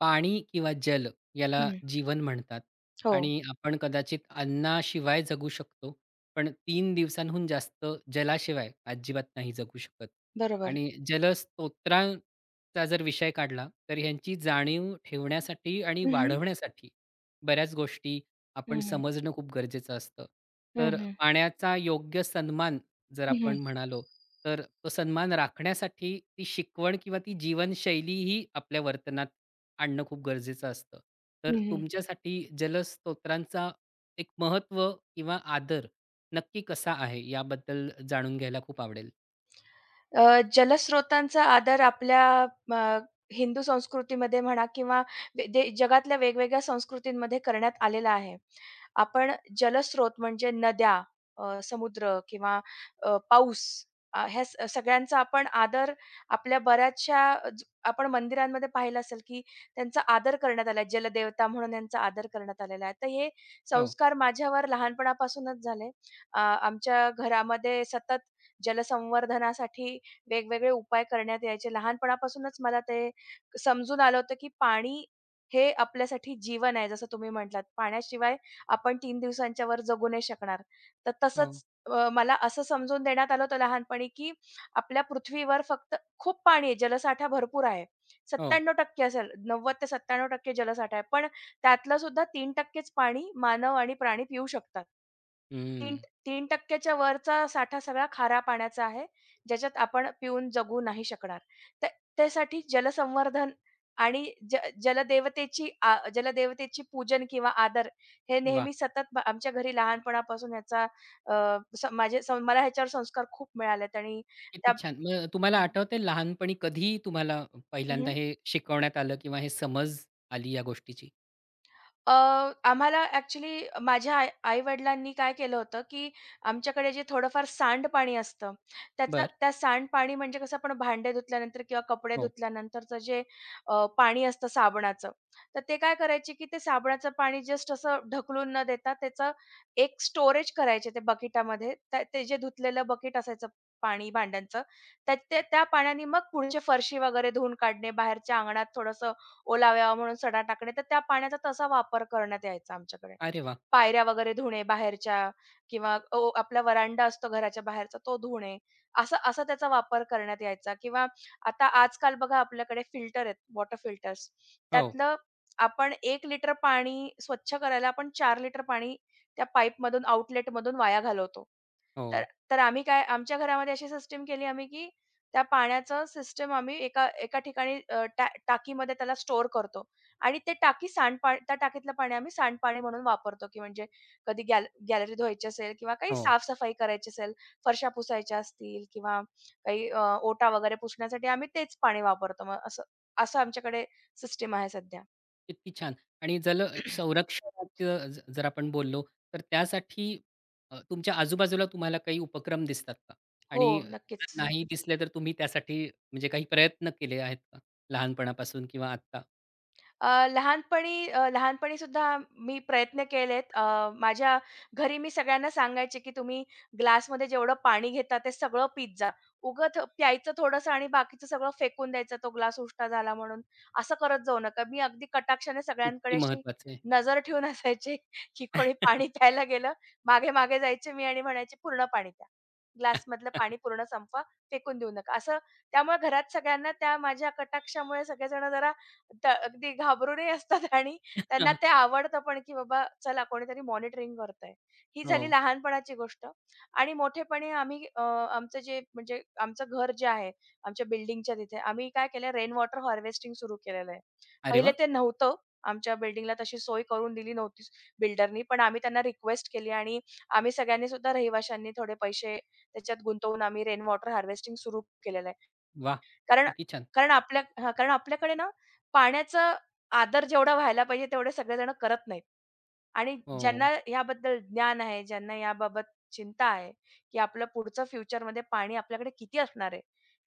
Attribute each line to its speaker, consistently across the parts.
Speaker 1: पाणी किंवा जल याला
Speaker 2: हं,
Speaker 1: जीवन म्हणतात.
Speaker 2: हो,
Speaker 1: आणि आपण कदाचित अन्नाशिवाय जगू शकतो, पण 3 दिवसांहून जास्त जलाशिवाय अजिबात नाही जगू शकत.
Speaker 2: बरोबर.
Speaker 1: आणि जलस्तोत्रांचा जर विषय काढला, तर ह्यांची जाणीव ठेवण्यासाठी आणि
Speaker 2: हं, हं.
Speaker 1: वाढवण्यासाठी बऱ्याच गोष्टी
Speaker 2: हं,
Speaker 1: आपण
Speaker 2: हं.
Speaker 1: समजणं खूप गरजेचं असतं.
Speaker 2: हं,
Speaker 1: तर
Speaker 2: हं.
Speaker 1: पाण्याचा योग्य सन्मान जर
Speaker 2: हं,
Speaker 1: आपण म्हणालो, तर तो सन्मान राखण्यासाठी ती शिकवण किंवा ती जीवनशैलीही आपल्या वर्तनात आणणं खूप गरजेचं असतं. तर तुमच्यासाठी जलस्तोत्रांचा एक महत्त्व किंवा आदर नक्की कसा आहे याबद्दल जाणून घ्यायला खूप आवडेल?
Speaker 2: जलस्रोतांचा आदर आपल्या अ, हिंदू संस्कृतीमध्ये म्हणा किंवा वे दे जगातल्या वेगवेगळ्या संस्कृतींमध्ये करण्यात आलेला आहे. आपण जलस्रोत म्हणजे नद्या, समुद्र किंवा पाऊस, ह्या सगळ्यांचा आपण आदर आपल्या बऱ्याचशा, ज आपण मंदिरांमध्ये पाहिलं असेल, की त्यांचा आदर करण्यात आला, जलदेवता म्हणून यांचा आदर करण्यात आलेला आहे. तर हे
Speaker 1: हो,
Speaker 2: संस्कार माझ्यावर लहानपणापासूनच झाले. आमच्या घरामध्ये सतत जलसंवर्धनासाठी वेगवेगळे उपाय करण्यात यायचे. लहानपणापासूनच मला ते समजून आलं होतं, की पाणी हे आपल्यासाठी जीवन आहे. जसं तुम्ही म्हटलात, पाण्याशिवाय आपण 3 दिवसांच्या वर जगू नाही शकणार. तर
Speaker 1: हो,
Speaker 2: तसंच मला असं समजून देण्यात आलं होतं लहानपणी, की आपल्या पृथ्वीवर फक्त खूप पाणी आहे, जलसाठा भरपूर आहे.
Speaker 1: हो.
Speaker 2: 97% असेल, 90% ते 97% जलसाठा आहे. पण त्यातलं सुद्धा 3%च पाणी मानव आणि प्राणी पिऊ शकतात. तीन
Speaker 1: हं.
Speaker 2: 3% वरचा साठा सगळा खारा पाण्याचा आहे, ज्याच्यात आपण पिऊन जगू नाही शकणार. त्या त्यासाठी जलसंवर्धन आणि ज जलदेवतेची पूजन किंवा आदर हे
Speaker 1: वाह!
Speaker 2: नेहमी सतत, आमच्या घरी लहानपणापासून ह्याचा अ, मला ह्याच्यावर संस्कार खूप मिळालेत. आणि त्या
Speaker 1: किती छान. मग तुम्हाला आठवतंय लहानपणी कधी तुम्हाला पहिल्यांदा हे शिकवण्यात आलं किंवा हे समज आली या गोष्टीची?
Speaker 2: अ, आम्हाला ॲक्चुअली माझ्या आई-वडिलांनी काय केलं होतं, की आमच्याकडे जे थोडंफार सांडपाणी असतं, त्याचं
Speaker 1: बरं.
Speaker 2: त्या सांडपाणी म्हणजे कसं आपण भांडे धुतल्यानंतर किंवा कपडे
Speaker 1: हो.
Speaker 2: धुतल्यानंतरचं जे पाणी असतं साबणाचं, तर ते काय करायचे, की ते साबणाचं पाणी जस्ट असं ढकलून न देता त्याचं एक स्टोरेज करायचे ते बकेटामध्ये. ते जे धुतलेलं बकेट असायचं पाणी भांड्यांचं, त्या त्या त्या पाण्याने मग पुढचे फरशी वगैरे धुवून काढणे, बाहेरच्या अंगणात थोडंसं ओलावा यावा म्हणून सडा टाकणे, तर त्या पाण्याचा तसा वापर करण्यात यायचा आमच्याकडे.
Speaker 1: अरे वाह!
Speaker 2: पायऱ्या वगैरे धुणे बाहेरच्या किंवा, आपला व्हरांडा असतो घराच्या बाहेरचा तो धुणे. असा असा त्याचा वापर करण्यात यायचा. किंवा आता आजकाल बघा आपल्याकडे फिल्टर आहेत, वॉटर फिल्टर्स.
Speaker 1: हो,
Speaker 2: त्यातलं आपण 1 लिटर पाणी स्वच्छ करायला आपण 4 लिटर पाणी त्या पाईपमधून आउटलेटमधून वाया घालवतो. तर
Speaker 1: हो,
Speaker 2: तर आम्ही काय आमच्या घरामध्ये अशी सिस्टम केली आम्ही, की त्या पाण्याचं सिस्टम आम्ही एका एका ठिकाणी टाकीमध्ये त्याला स्टोअर करतो आणि ते टाकी, त्या टाकीतलं पाणी आम्ही सांडपाणी म्हणून वापरतो, की म्हणजे कधी गॅलरी धुवायची असेल किंवा काही
Speaker 1: हो.
Speaker 2: साफ करायची असेल, फरशा पुसायच्या असतील किंवा काही ओटा वगैरे पुसण्यासाठी आम्ही तेच पाणी वापरतो. मग असं असं आमच्याकडे सिस्टम आहे सध्या.
Speaker 1: किती छान! आणि जल संरक्षणाचं जर आपण बोललो, तर त्यासाठी तुमच्या आजूबाजूला तुम्हाला काही उपक्रम दिसतात का?
Speaker 2: हो,
Speaker 1: आणि जर
Speaker 2: नक्कीच.
Speaker 1: नाही दिसले, तर तुम्ही त्यासाठी म्हणजे काही प्रयत्न केले आहेत का? लहानपणापासून किंवा आत्ता?
Speaker 2: लहानपणी सुद्धा मी प्रयत्न केलेत. माझ्या घरी मी सगळ्यांना सांगायचे, की "तुम्ही ग्लासमध्ये जेवढं पाणी घेता ते सगळं पीत जा. उगाच प्यायचं थोडंसं आणि बाकीचं सगळं फेकून द्यायचं, तो ग्लास उष्टा झाला म्हणून. असं करत जाऊ नका." मी अगदी कटाक्षाने सगळ्यांकडे
Speaker 1: किती
Speaker 2: अशी
Speaker 1: महत्वाचं आहे.
Speaker 2: नजर ठेवून असायचे, की कोणी पाणी प्यायला गेलं, मागे-मागे जायचे मी आणि म्हणायचे, "पूर्ण पाणी प्या. ग्लासमधलं पाणी पूर्ण संपवा. फेकून देऊ नका." असं त्यामुळे घरात सगळ्यांना, त्या माझ्या कटाक्षामुळे, सगळेजण जरा त्या अगदी घाबरूनही असतात आणि त्यांना ते आवडतं पण, की बाबा चला कोणीतरी मॉनिटरिंग करतंय. ही
Speaker 1: हो.
Speaker 2: झाली लहानपणाची गोष्ट. आणि मोठेपणी आम्ही, आमचं जे म्हणजे आमचं घर जे आहे, आमच्या बिल्डिंगच्या तिथे आम्ही काय केलं, रेन वॉटर हार्वेस्टिंग सुरू केलेलं आहे.
Speaker 1: अरे
Speaker 2: पहिले
Speaker 1: वाह!
Speaker 2: ते नव्हतं. आमच्या बिल्डिंगला तशी सोय करून दिली नव्हती बिल्डरनी, पण आम्ही त्यांना रिक्वेस्ट केली आणि आम्ही सगळ्यांनी सुद्धा, रहिवाशांनी, थोडे पैसे त्याच्यात गुंतवून आम्ही रेन वॉटर हार्वेस्टिंग सुरू केलेलं आहे.
Speaker 1: वाह!
Speaker 2: कारण
Speaker 1: किती छान.
Speaker 2: कारण आपल्या हां, कारण आपल्याकडे ना पाण्याचा आदर जेवढा व्हायला पाहिजे तेवढे सगळेजण करत नाहीत, आणि
Speaker 1: हो.
Speaker 2: ज्यांना याबद्दल ज्ञान आहे, ज्यांना याबाबत चिंता आहे, की आपलं पुढचं फ्युचरमध्ये पाणी आपल्याकडे किती असणार आहे.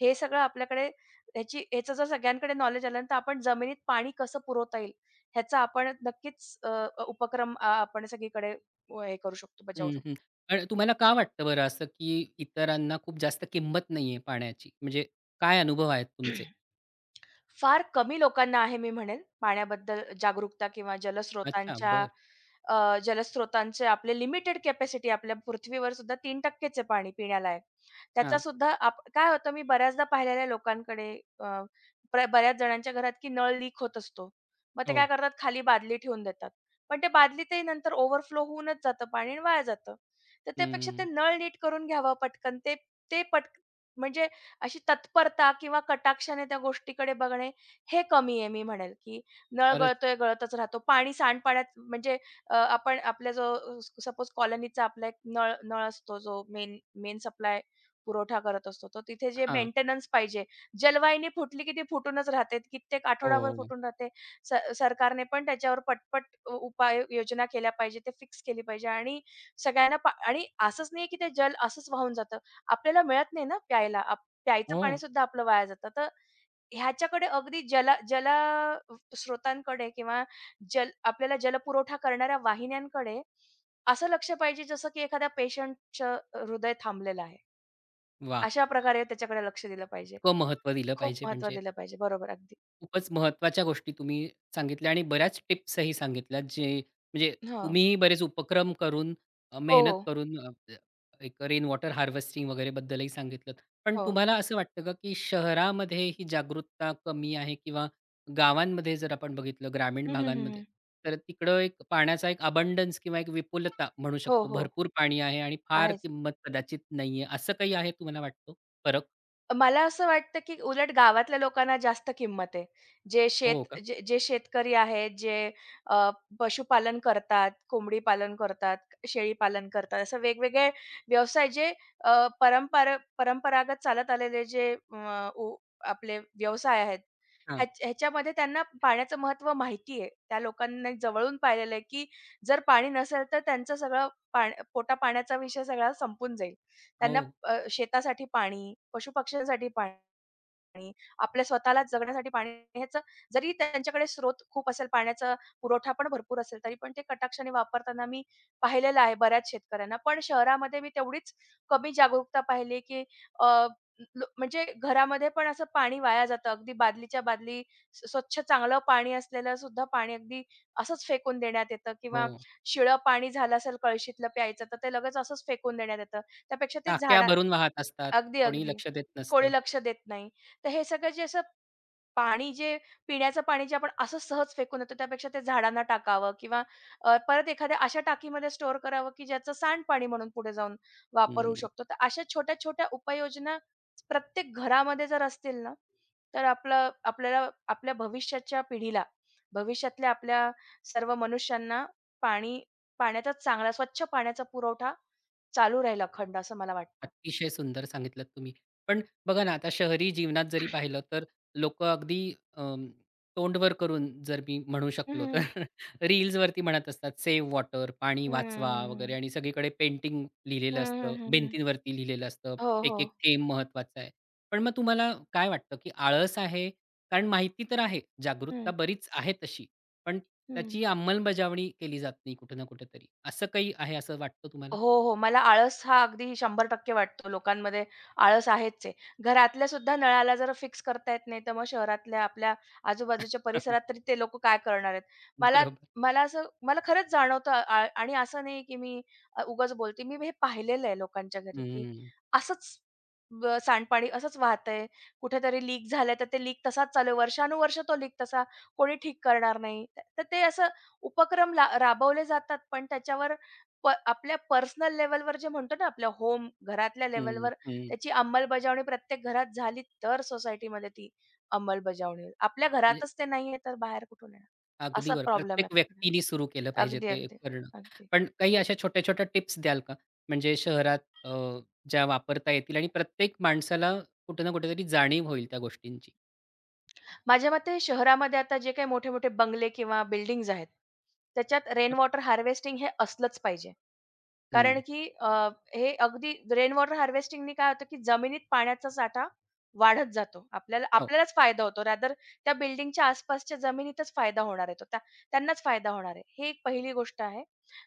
Speaker 2: हे सगळं आपल्याकडे ह्याची ह्याचं जर सगळ्यांकडे नॉलेज आलं ना, तर आपण जमिनीत पाणी कसं पुरवता येईल ह्याचा आपण नक्कीच, उपक्रम, आपण सगळीकडे, हे करू शकतो, बजावू
Speaker 1: हं, हं.
Speaker 2: शकतो.
Speaker 1: पण तुम्हाला का वाटतं बरं असं, की इतरांना खूप जास्त किंमत नाहीये पाण्याची? म्हणजे काय अनुभव आहेत तुमचे?
Speaker 2: फार कमी लोकांना आहे मी म्हणेन पाण्याबद्दल जागरूकता किंवा
Speaker 1: अच्छा, बर.
Speaker 2: जलस्रोतांचे, आपले लिमिटेड कॅपॅसिटी आपल्या पृथ्वीवर सुद्धा 3%च आहे पाणी पिण्याला आहे. त्याचा
Speaker 1: हां.
Speaker 2: सुद्धा काय होतं, मी बऱ्याचदा पाहिलेलं आहे लोकांकडे, अ, प्र बऱ्याच जणांच्या घरात, की नळ लीक होत असतो. मग ते काय
Speaker 1: हो.
Speaker 2: करतात, खाली बादली ठेवून देतात. पण ते बादलीतही नंतर ओव्हरफ्लो होऊनच जातं पाणी आणि वाया जातं. तर त्यापेक्षा ते
Speaker 1: हं.
Speaker 2: नळ नीट करून घ्यावं पटकन. ते ते पट म्हणजे अशी तत्परता किंवा कटाक्षाने त्या गोष्टीकडे बघणे हे कमी आहे, मी म्हणेल, की नळ
Speaker 1: खरंच.
Speaker 2: गळतोय गळतच राहतो. पाणी सांडपाण्यात म्हणजे, आपण आपल्या जो सपोज कॉलनीचा आपला एक नळ नळ असतो जो मेन मेन सप्लाय पुरवठा करत असतो. तो तिथे जे
Speaker 1: हां.
Speaker 2: मेंटेनन्स पाहिजे. जलवाहिनी फुटली की ती फुटूनच राहते. कित्येक
Speaker 1: हो,
Speaker 2: आठवडाभर
Speaker 1: हो.
Speaker 2: फुटून राहते. सरकारने पण त्याच्यावर पटपट उपाय योजना केल्या पाहिजे. ते फिक्स केली पाहिजे आणि, सगळ्यांना पा आणि असंच नाही की ते जल असंच वाहून जातं. आपल्याला मिळत नाही ना प्यायला. प्यायचं पाणी
Speaker 1: हो,
Speaker 2: सुद्धा आपलं वाया जातं. तर ह्याच्याकडे अगदी, जला जला स्रोतांकडे किंवा जल आपल्याला जलपुरवठा करणाऱ्या वाहिन्यांकडे असं लक्ष पाहिजे, जसं की एखाद्या पेशंटचं हृदय थांबलेलं आहे.
Speaker 1: वाह!
Speaker 2: अशा प्रकारे त्याच्याकडे लक्ष दिलं पाहिजे.
Speaker 1: इतकं महत्त्व दिलं
Speaker 2: खूप
Speaker 1: पाहिजे
Speaker 2: महत्त्व
Speaker 1: म्हणजे,
Speaker 2: दिलं पाहिजे. बरोबर अगदी.
Speaker 1: खूपच महत्त्वाच्या गोष्टी तुम्ही सांगितल्या आणि बऱ्याच टिप्सही सांगितल्यात, जे म्हणजे
Speaker 2: हां.
Speaker 1: तुम्हीही बरेच उपक्रम करून
Speaker 2: हो,
Speaker 1: मेहनत
Speaker 2: हो.
Speaker 1: करून एक रेन वॉटर हार्वेस्टिंग वगैरे बद्दलही सांगितलंत. पण
Speaker 2: हो.
Speaker 1: तुम्हाला असं वाटतं का, की शहरामध्ये ही जागरूकता कमी आहे किंवा गावांमध्ये जर आपण बघितलं ग्रामीण
Speaker 2: हं, हं, हं,
Speaker 1: भागांमध्ये,
Speaker 2: हं.
Speaker 1: तर तिकडं एक पाण्याचा एक अबंडन्स किंवा एक विपुलता म्हणू
Speaker 2: हो,
Speaker 1: शकतो.
Speaker 2: हो.
Speaker 1: भरपूर पाणी आहे आणि फार
Speaker 2: आहेच.
Speaker 1: किंमत कदाचित नाहीये. असं काही आहे तुम्हाला वाटतो फरक?
Speaker 2: मला असं वाटतं, की उलट गावातल्या लोकांना जास्त किंमत आहे. जे
Speaker 1: हो का?
Speaker 2: शेत जे जे शेतकरी आहेत, जे, अ, पशुपालन करतात, कोंबडी पालन करतात, शेळी पालन करतात, असं वेगवेगळे व्यवसाय, जे अ, परंपरा परंपरागत चालत आलेले जे, अ, उ आपले व्यवसाय आहेत, ह्या
Speaker 1: हां.
Speaker 2: ह्याच्यामध्ये त्यांना पाण्याचं महत्त्व माहिती आहे. त्या लोकांनी जवळून पाहिलेलं आहे, की जर पाणी नसेल तर त्यांचं सगळं, पोटापाण्याचा विषय सगळा संपून जाईल.
Speaker 1: हो,
Speaker 2: त्यांना, शेतासाठी पाणी, पशुपक्ष्यांसाठी पाणी, आपल्या स्वतःला जगण्यासाठी पाणी, ह्याचं, जरी त्यांच्याकडे स्रोत खूप असेल, पाण्याचा पुरवठा पण भरपूर असेल, तरी पण ते कटाक्षाने वापरताना मी पाहिलेलं आहे बऱ्याच शेतकऱ्यांना. पण शहरामध्ये मी तेवढीच कमी जागरूकता पाहिली, की, अ, लो म्हणजे घरामध्ये पण असं पाणी वाया जातं. अगदी बादलीच्या बादली, स्वच्छ चांगलं पाणी असलेलं सुद्धा पाणी अगदी असंच फेकून देण्यात येतं किंवा
Speaker 1: हो.
Speaker 2: शिळं पाणी झालं असेल कळशीतलं प्यायचं, तर ते लगेच असंच फेकून देण्यात येतं. त्यापेक्षा ते
Speaker 1: टाक्या
Speaker 2: झाडा
Speaker 1: भरून वाहत असतात.
Speaker 2: अगदी,
Speaker 1: कोणी
Speaker 2: अगदी.
Speaker 1: लक्ष देत
Speaker 2: कोणी
Speaker 1: नसतं.
Speaker 2: लक्ष देत नाही. तर हे सगळं जे असं पाणी जे पिण्याचं पाणी जे आपण असं सहज फेकून देतो, त्यापेक्षा ते झाडांना टाकावं किंवा, परत एखाद्या अशा टाकीमध्ये स्टोअर करावं, की ज्याचं सांडपाणी म्हणून पुढे जाऊन वापर होऊ
Speaker 1: हं.
Speaker 2: शकतो. तर अशा छोट्या-छोट्या उपाययोजना प्रत्येक घरामध्ये जर असतील ना, तर आपलं आपल्याला आपल्या भविष्याच्या पिढीला, भविष्यातल्या आपल्या सर्व मनुष्यांना पाणी, पाण्याचा चांगला स्वच्छ पाण्याचा पुरवठा चालू राहील अखंड, असं मला वाटतं.
Speaker 1: अतिशय सुंदर सांगितलत तुम्ही. पण बघा ना, आता शहरी जीवनात जरी पाहिलं तर लोकं अगदी अं, तोंड करून जर मी म्हणू शकलो तर
Speaker 2: हं,
Speaker 1: रील्सवरती म्हणत असतात, "सेव्ह वॉटर, पाणी
Speaker 2: हं,
Speaker 1: वाचवा"
Speaker 2: हं,
Speaker 1: वगैरे
Speaker 2: हं.
Speaker 1: आणि सगळीकडे पेंटिंग लिहिलेलं
Speaker 2: हं,
Speaker 1: असतं,
Speaker 2: हं, हं,
Speaker 1: भिंतींवरती लिहिलेलं असतं,
Speaker 2: हो, हो.
Speaker 1: एक-एक थेंब महत्त्वाचा आहे. पण मग तुम्हाला काय वाटतं, की आळस आहे? कारण माहिती तर आहे, जागरूकता
Speaker 2: हं,
Speaker 1: बरीच आहे तशी, पण
Speaker 2: हं.
Speaker 1: त्याची अंमलबजावणी केली जात नाही कुठे ना कुठेतरी. असं काही आहे असं वाटतं तुम्हाला?
Speaker 2: हो, हो. मला आळस हा अगदी 100% वाटतो. लोकांमध्ये आळस आहेच आहे. घरातल्या सुद्धा नळाला जर फिक्स करता येत नाही, तर मग शहरातल्या आपल्या आजूबाजूच्या परिसरात तरी ते लोक काय करणार आहेत? मला
Speaker 1: बरोबर.
Speaker 2: मला असं मला खरंच जाणवतं, आ आणि असं नाही की मी, उगाच बोलते. मी हे पाहिलेलं आहे लोकांच्या घरी, की
Speaker 1: हं.
Speaker 2: असंच, सांडपाणी असंच वाहतंय. कुठेतरी लीक झालंय, तर ते लीक तसाच चालू आहे. वर्षानुवर्ष तो लीक तसा कोणी ठीक करणार नाही. तर ते असं उपक्रम ला राबवले जातात, पण त्याच्यावर, आपल्या पर्सनल लेव्हलवर जे म्हणतो ना, आपल्या होम, घरातल्या
Speaker 1: हं,
Speaker 2: लेव्हलवर
Speaker 1: हं.
Speaker 2: त्याची अंमलबजावणी प्रत्येक घरात झाली, तर सोसायटीमध्ये ती अंमलबजावणी होईल. आपल्या
Speaker 1: म्हणजे
Speaker 2: घरातच ते नाहीये, तर बाहेर कुठून येणार?
Speaker 1: अगदी
Speaker 2: असा
Speaker 1: बरोबर.
Speaker 2: प्रॉब्लेम आहे
Speaker 1: प्रत्येक
Speaker 2: आपल्याकडे.
Speaker 1: व्यक्तीने सुरू केलं पाहिजे
Speaker 2: अगदी,
Speaker 1: ते
Speaker 2: अगदी,
Speaker 1: करणं.
Speaker 2: अगदी.
Speaker 1: पण काही अशा छोट्या-छोट्या टिप्स द्याल का? म्हणजे शहरात अ, ज्या वापरता येतील आणि प्रत्येक माणसाला कुठे ना कुठेतरी जाणीव होईल त्या गोष्टींची.
Speaker 2: माझ्या मते शहरामध्ये आता जे काही मोठे-मोठे बंगले किंवा बिल्डिंग्ज आहेत, त्याच्यात रेन वॉटर हार्वेस्टिंग हे असलंच पाहिजे. कारण
Speaker 1: हं.
Speaker 2: की, हे अगदी रेन वॉटर हार्वेस्टिंगनी काय होतं, की जमिनीत पाण्याचा साठा वाढत जातो.
Speaker 1: हो.
Speaker 2: आपल्यालाच फायदा होतो. रॅदर त्या बिल्डिंगच्या आसपासच्या जमिनीतच फायदा होणार आहे तो. त्यांनाच फायदा होणार आहे. ही एक पहिली गोष्ट आहे.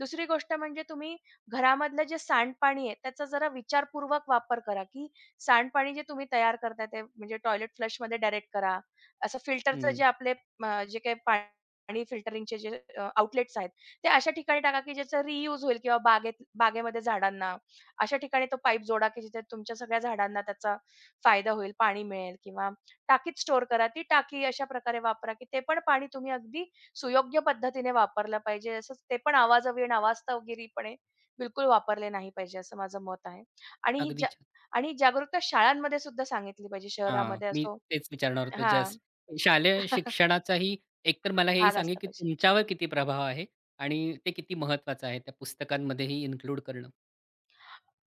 Speaker 2: दुसरी गोष्ट म्हणजे तुम्ही घरामधलं जे सांडपाणी आहे, त्याचा जरा विचारपूर्वक वापर करा, की सांडपाणी जे तुम्ही तयार करताय, ते म्हणजे टॉयलेट फ्लशमध्ये डायरेक्ट करा. असं फिल्टरचं
Speaker 1: हं.
Speaker 2: जे आपले, जे काही पाणी फिल्टरिंगचे जे आउटलेट्स आहेत, ते अशा ठिकाणी टाका, की ज्याचा रियूज होईल किंवा, बागेमध्ये झाडांना, अशा ठिकाणी तो पाईप जोडा, की जिथे तुमच्या सगळ्या झाडांना त्याचा फायदा होईल, पाणी मिळेल किंवा टाकीत स्टोअर करा. ती टाकी अशा प्रकारे वापरा, की ते पण पाणी तुम्ही अगदी सुयोग्य पद्धतीने वापरलं पाहिजे. असंच ते पण आवाजवी नावास्तवगिरीपणे बिलकुल वापरले नाही पाहिजे, असं माझं मत आहे. आणि ही
Speaker 1: अगदी
Speaker 2: जा
Speaker 1: छान.
Speaker 2: आणि जागरूकता शाळांमध्ये सुद्धा सांगितली पाहिजे,
Speaker 1: हां.
Speaker 2: शहरामध्ये
Speaker 1: मी
Speaker 2: असो.
Speaker 1: तेच विचारणार होतो
Speaker 2: हां.
Speaker 1: जस्ट. शालेय शिक्षणाचाही एकतर मला हेही
Speaker 2: भाग
Speaker 1: सांगेल,
Speaker 2: असला
Speaker 1: की
Speaker 2: पाहिजे.
Speaker 1: तुमच्यावर किती प्रभाव आहे आणि ते किती महत्त्वाचं आहे त्या पुस्तकांमध्येही इन्क्लूड करणं?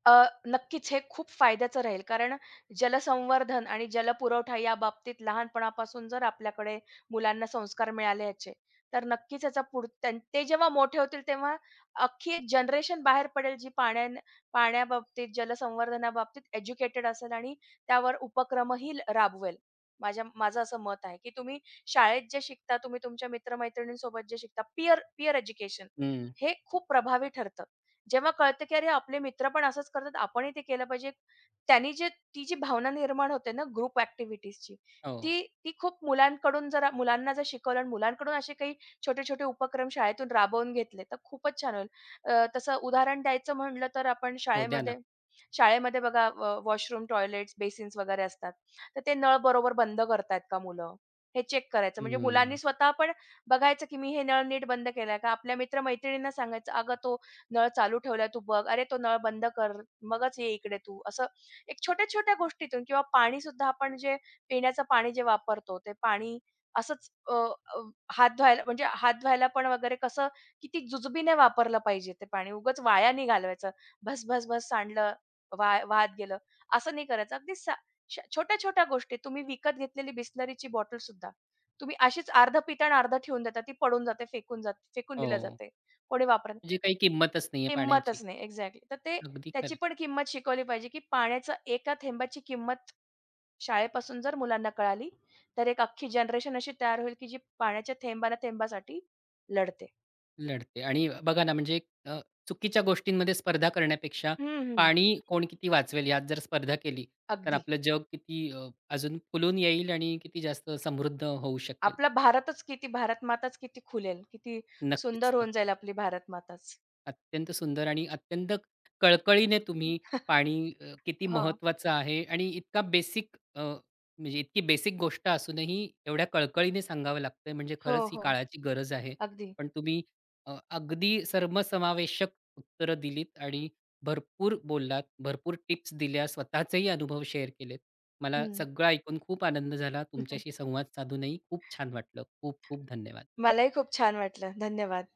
Speaker 2: अ, नक्कीच हे खूप फायद्याचं राहील. कारण जलसंवर्धन आणि जलपुरवठा या बाबतीत लहानपणापासून जर आपल्याकडे मुलांना संस्कार मिळाले याचे, तर नक्कीच याचा, पुढ त्यां ते जेव्हा मोठे होतील तेव्हा अख्खी एक जनरेशन बाहेर पडेल, जी, पाण्याबाबतीत, जलसंवर्धनाबाबतीत एज्युकेटेड असेल आणि त्यावर उपक्रमही राबवेल. माझं असं मत आहे, की तुम्ही शाळेत जे शिकता, तुम्ही तुमच्या मित्र जे शिकता, पीअर पीअर एज्युकेशन
Speaker 1: हं.
Speaker 2: हे खूप प्रभावी ठरतं. जेव्हा कळतं की, अरे आपले मित्र पण असंच करतात, आपणही ते केलं पाहिजे. त्यांनी जे ती जी भावना निर्माण होते ना ग्रुप ॲक्टिव्हिटीजची,
Speaker 1: हो.
Speaker 2: ती ती खूप, मुलांकडून जर मुलांना जर शिकवलं आणि मुलांकडून असे काही छोटे-छोटे उपक्रम शाळेतून राबवून घेतले, तर खूपच छान होईल. तसं उदाहरण द्यायचं म्हणलं तर आपण
Speaker 1: हो. द्या ना.
Speaker 2: शाळेमध्ये, बघा वॉशरूम, टॉयलेट्स, बेसिन्स वगैरे असतात. तर ते नळ बरोबर बंद करतायत का मुलं? हे चेक करायचं. म्हणजे मुलांनी
Speaker 1: हं.
Speaker 2: स्वतः पण बघायचं, की मी हे नळ नीट बंद केलाय का? आपल्या मित्र सांगायचं, "अगं तो नळ चालू ठेवलाय तू बघ, अरे तो नळ बंद कर, मगच ये इकडे तू." असं एक छोट्या-छोट्या गोष्टीतून किंवा पाणीसुद्धा आपण जे पिण्याचं पाणी जे वापरतो, ते पाणी असंच, अ, अ, हात धुवायला पण वगैरे कसं किती जुजबीने वापरलं पाहिजे ते पाणी. उगाच वाया नाही घालवायचं. भस, भस, भस सांडलं, वाया वाहत गेलं. असं नाही करायचं. अगदी, सा श छोट्या-छोट्या गोष्टी. तुम्ही विकत घेतलेली बिसलरीची बॉटलसुद्धा तुम्ही अशीच अर्धं पिता आणि ठेवून देता. ती पडून जाते, फेकून दिल्या
Speaker 1: हो.
Speaker 2: जाते. कोणी वापरत,
Speaker 1: म्हणजे काही किंमतच नाहीये पाण्याची.
Speaker 2: किंमतच नाही. एक्झॅक्टली. तर
Speaker 1: अगदी
Speaker 2: त्याची
Speaker 1: खरं.
Speaker 2: पण किंमत शिकवली पाहिजे, की पाण्याच्या एका थेंबाची किंमत शाळेपासून जर मुलांना कळाली, तर एक अख्खी जनरेशन अशी तयार होईल, की जी पाण्याच्या, थेंबासाठी लढते.
Speaker 1: लढते आणि बघा ना, म्हणजे अ, चुकीच्या गोष्टींमध्ये स्पर्धा करण्यापेक्षा
Speaker 2: हं, हं.
Speaker 1: पाणी कोण किती वाचवेल यात जर स्पर्धा केली, तर
Speaker 2: अगदी.
Speaker 1: आपलं जग किती अजून फुलून येईल आणि किती जास्त समृद्ध होऊ शकेल.
Speaker 2: आपला, भारत माताच किती खुलेल, किती सुंदर
Speaker 1: नक्कीच,
Speaker 2: होऊन
Speaker 1: नक्कीच.
Speaker 2: जाईल आपली भारत माताच.
Speaker 1: अत्यंत सुंदर आणि अत्यंत कळकळीने तुम्ही पाणी किती
Speaker 2: हो.
Speaker 1: महत्त्वाचं आहे आणि इतका बेसिक म्हणजे इतकी बेसिक गोष्ट असूनही एवढ्या कळकळीने सांगावं लागतंय म्हणजे
Speaker 2: हो,
Speaker 1: खरंच ही
Speaker 2: हो.
Speaker 1: काळाची गरज आहे.
Speaker 2: अगदी.
Speaker 1: पण तुम्ही अगदी सर्वसमावेशक उत्तरं दिलीत आणि भरपूर बोललात, भरपूर टिप्स दिल्या, स्वतःचेही अनुभव शेअर केलेत. मला
Speaker 2: हं.
Speaker 1: सगळं ऐकून खूप आनंद झाला. तुमच्याशी संवाद साधूनही खूप छान वाटलं. खूप खूप धन्यवाद.
Speaker 2: मलाही खूप छान वाटलं. धन्यवाद.